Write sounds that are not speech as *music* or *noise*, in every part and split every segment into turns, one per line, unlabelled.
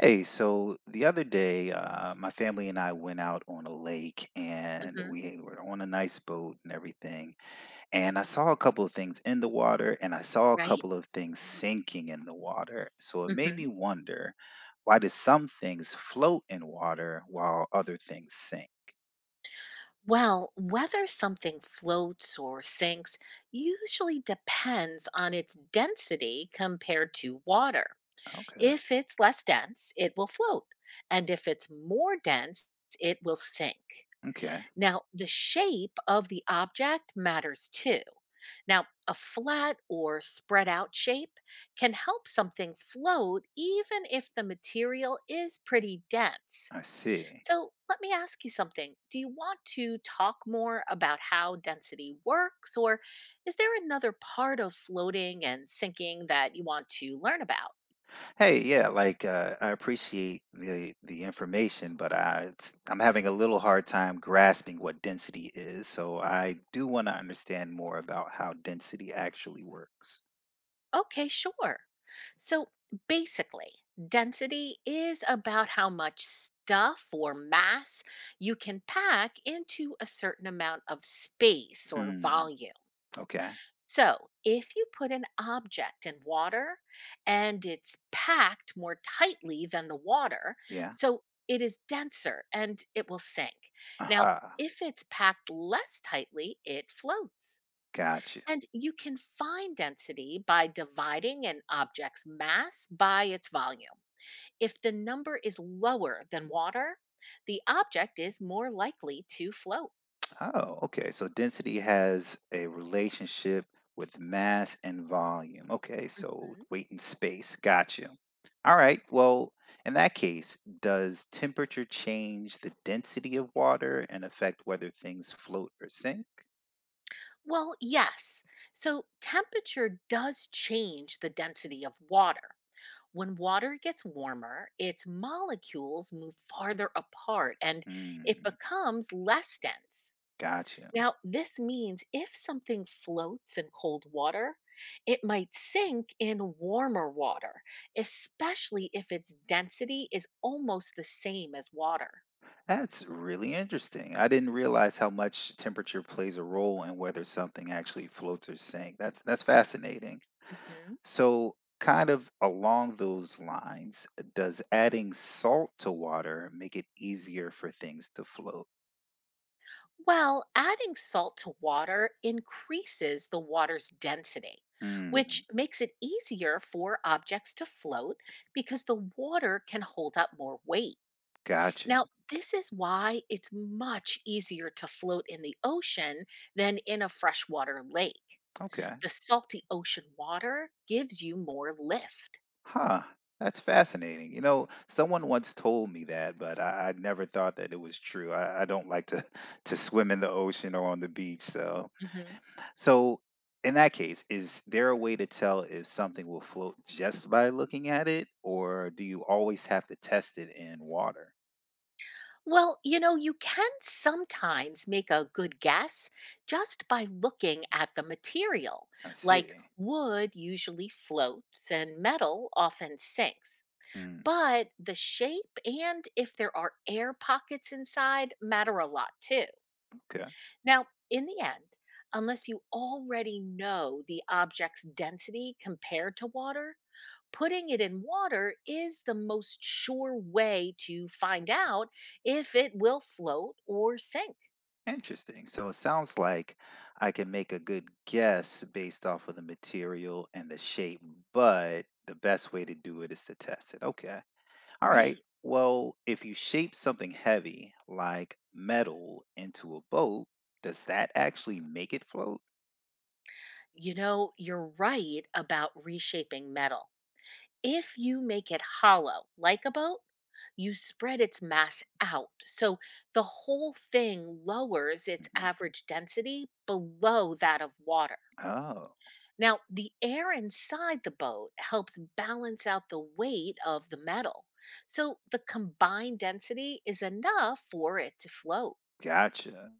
Hey, so the other day, my family and I went out on a lake and
Mhm.
we were on a nice boat and everything. And I saw a couple of things in the water and I saw a
Right?
couple of things sinking in the water. So it made
Mhm.
me wonder, why do some things float in water while other things sink?
Well, whether something floats or sinks usually depends on its density compared to water.
Okay,
If it's less dense, it will float. And if it's more dense, it will sink.
okay,
Now, the shape of the object matters too. Now, a flat or spread out shape can help something float even if the material is pretty dense.
I see.
So let me ask you something. Do you want to talk more about how density works, or is there another part of floating and sinking that you want to learn about?
Hey, yeah, I appreciate the information, but I'm having a little hard time grasping what density is, so I do want to understand more about how density actually works.
Okay, sure. So basically, density is about how much stuff or mass you can pack into a certain amount of space or
Hmm.
volume.
Okay.
So, if you put an object in water and it's packed more tightly than the water,
Yeah.
so it is denser and it will sink. Now,
Aha.
if it's packed less tightly, it floats.
Gotcha.
And you can find density by dividing an object's mass by its volume. If the number is lower than water, the object is more likely to float.
Oh, okay. So density has a relationship with mass and volume. Okay, so weight and space. Got you. All right. Well, in that case, does temperature change the density of water and affect whether things float or sink?
Well, yes. So temperature does change the density of water. When water gets warmer, its molecules move farther apart and it
Hmm.
becomes less dense.
Gotcha.
Now, this means if something floats in cold water, it might sink in warmer water, especially if its density is almost the same as water.
That's really interesting. I didn't realize how much temperature plays a role in whether something actually floats or sinks. That's fascinating.
Mhm.
So, kind of along those lines, does adding salt to water make it easier for things to float?
Well, adding salt to water increases the water's density, which
Hmm,
makes it easier for objects to float because the water can hold up more weight.
gotcha.
Now, this is why it's much easier to float in the ocean than in a freshwater lake.
Okay.
The salty ocean water gives you more lift.
Huh. That's fascinating. Someone once told me that, but I never thought that it was true. I don't like to *laughs* to swim in the ocean or on the beach. So,
Mhm.
so in that case, is there a way to tell if something will float just by looking at it, or do you always have to test it in water?
Well, you know, you can sometimes make a good guess just by looking at the material.
I
Like
see.
wood usually floats and metal often sinks.
Hmm.
But the shape and if there are air pockets inside matter a lot too.
Okay.
Now, in the end, unless you already know the object's density compared to water, putting it in water is the most sure way to find out if it will float or sink.
Interesting. So it sounds like I can make a good guess based off of the material and the shape, but the best way to do it is to test it. Okay. All right.
Right.
Well, if you shape something heavy like metal into a boat, does that actually make it float?
You know, you're right about reshaping metal. If you make it hollow, like a boat, you spread its mass out. So the whole thing lowers its
Hmm.
average density below that of water.
Oh,
Now, the air inside the boat helps balance out the weight of the metal. So the combined density is enough for it to float.
gotcha.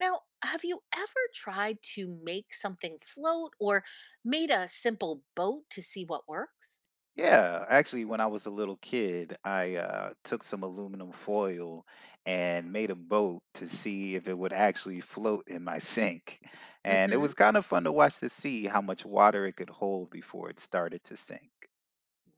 Now, have you ever tried to make something float or made a simple boat to see what works?
Yeah, actually, when I was a little kid, I took some aluminum foil and made a boat to see if it would actually float in my sink. And it
Hmm.
was kind of fun to watch to see how much water it could hold before it started to sink.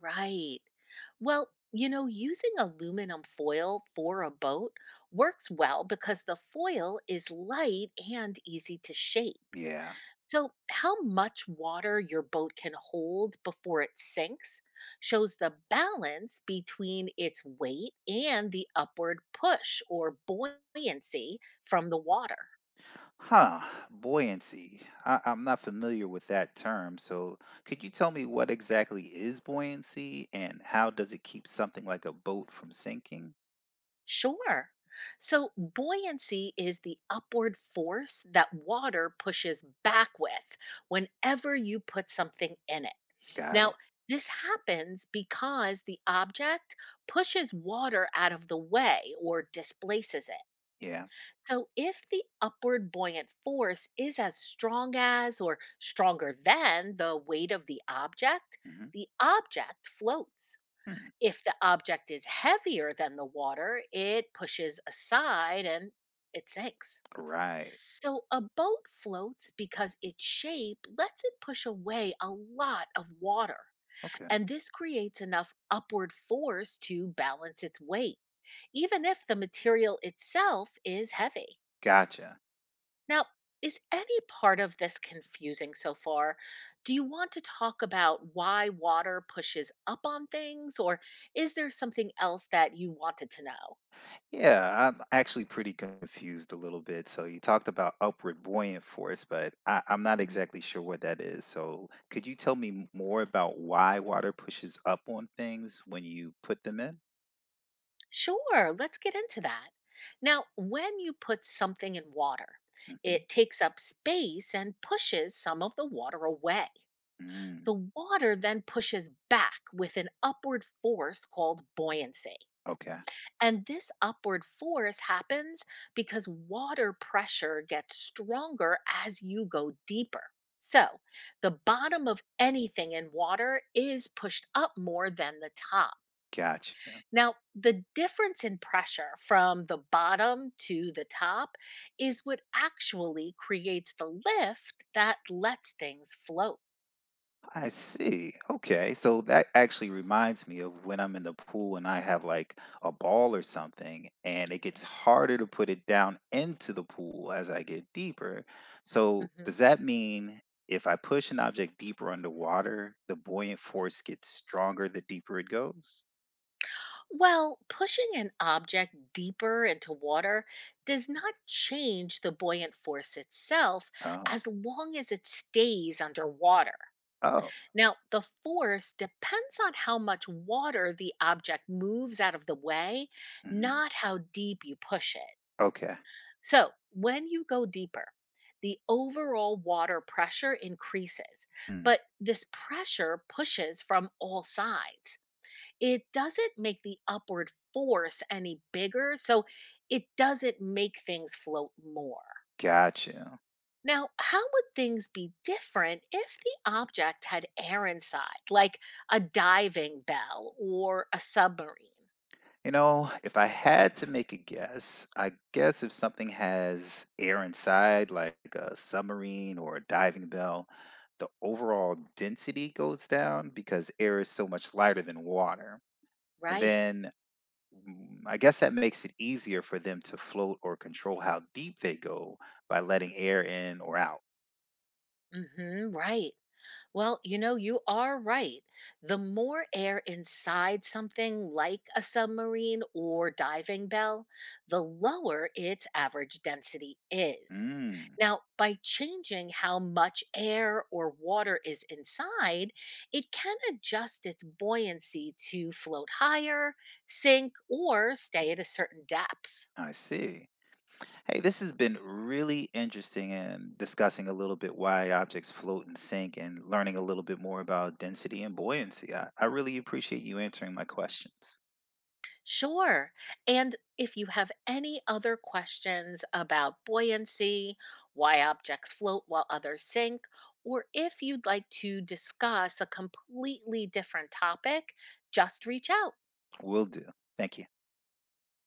Right. Well, you know, using aluminum foil for a boat works well because the foil is light and easy to shape.
Yeah.
So, how much water your boat can hold before it sinks shows the balance between its weight and the upward push or buoyancy from the water.
Huh. Buoyancy. I'm not familiar with that term, so could you tell me what exactly is buoyancy and how does it keep something like a boat from sinking?
Sure. So, buoyancy is the upward force that water pushes back with whenever you put something in it.
Got
Now,
it.
this happens because the object pushes water out of the way or displaces it.
Yeah.
So, if the upward buoyant force is as strong as or stronger than the weight of
Hmm.
the object floats.
Hmm.
If the object is heavier than the water, it pushes aside and it sinks.
Right.
So, a boat floats because its shape lets it push away a lot of water.
Okay.
And this creates enough upward force to balance its weight, even if the material itself is heavy.
Gotcha.
Now, is any part of this confusing so far? Do you want to talk about why water pushes up on things, or is there something else that you wanted to know?
Yeah, I'm actually pretty confused a little bit. So you talked about upward buoyant force, but I'm not
Mhm.
exactly sure what that is. So could you tell me more about why water pushes up on things when you put them in?
Sure, let's get into that. Now, when you put something in water,
Hmm.
it takes up space and pushes some of the water away.
Mm,
The water then pushes back with an upward force called buoyancy.
okay,
And this upward force happens because water pressure gets stronger as you go deeper. So, the bottom of anything in water is pushed up more than the top.
gotcha.
Now, the difference in pressure from the bottom to the top is what actually creates the lift that lets things float.
I see. Okay. So that actually reminds me of when I'm in the pool and I have like a ball or something, and it
Mhm,
gets harder to put it down into the pool as I get deeper. So,
mhm.
does that mean if I push an object deeper underwater, the buoyant force gets stronger the deeper it goes?
Well, pushing an object deeper into water does not change the buoyant force itself
Oh,
as long as it stays underwater.
oh,
Now, the force depends on how much water the object moves out of the way,
mhm.
not how deep you push it.
Okay.
So, when you go deeper, the overall water pressure increases,
Mm.
but this pressure pushes from all sides it doesn't make the upward force any bigger, so it doesn't make things float more.
Gotcha.
Now, how would things be different if the object had air inside, like a diving bell or a submarine?
You know, if I had to make a guess, I guess if something has air inside, like a submarine or a diving bell, the overall density goes down because air is so much lighter than water. And
Right.
then I guess that makes it easier for them to float or control how deep they go by letting air in or out.
Mhm, right. Well, you know, you are right. The more air inside something like a submarine or diving bell, the lower its average density is.
Mm,
Now, by changing how much air or water is inside, it can adjust its buoyancy to float higher, sink, or stay at a certain depth.
I see. Hey, this has been really interesting and discussing a little bit why objects float and sink and learning a little bit more about density and buoyancy. I really appreciate you answering my questions.
Sure. And if you have any other questions about buoyancy, why objects float while others sink, or if you'd like to discuss a completely different topic, just reach out.
Will do. Thank you.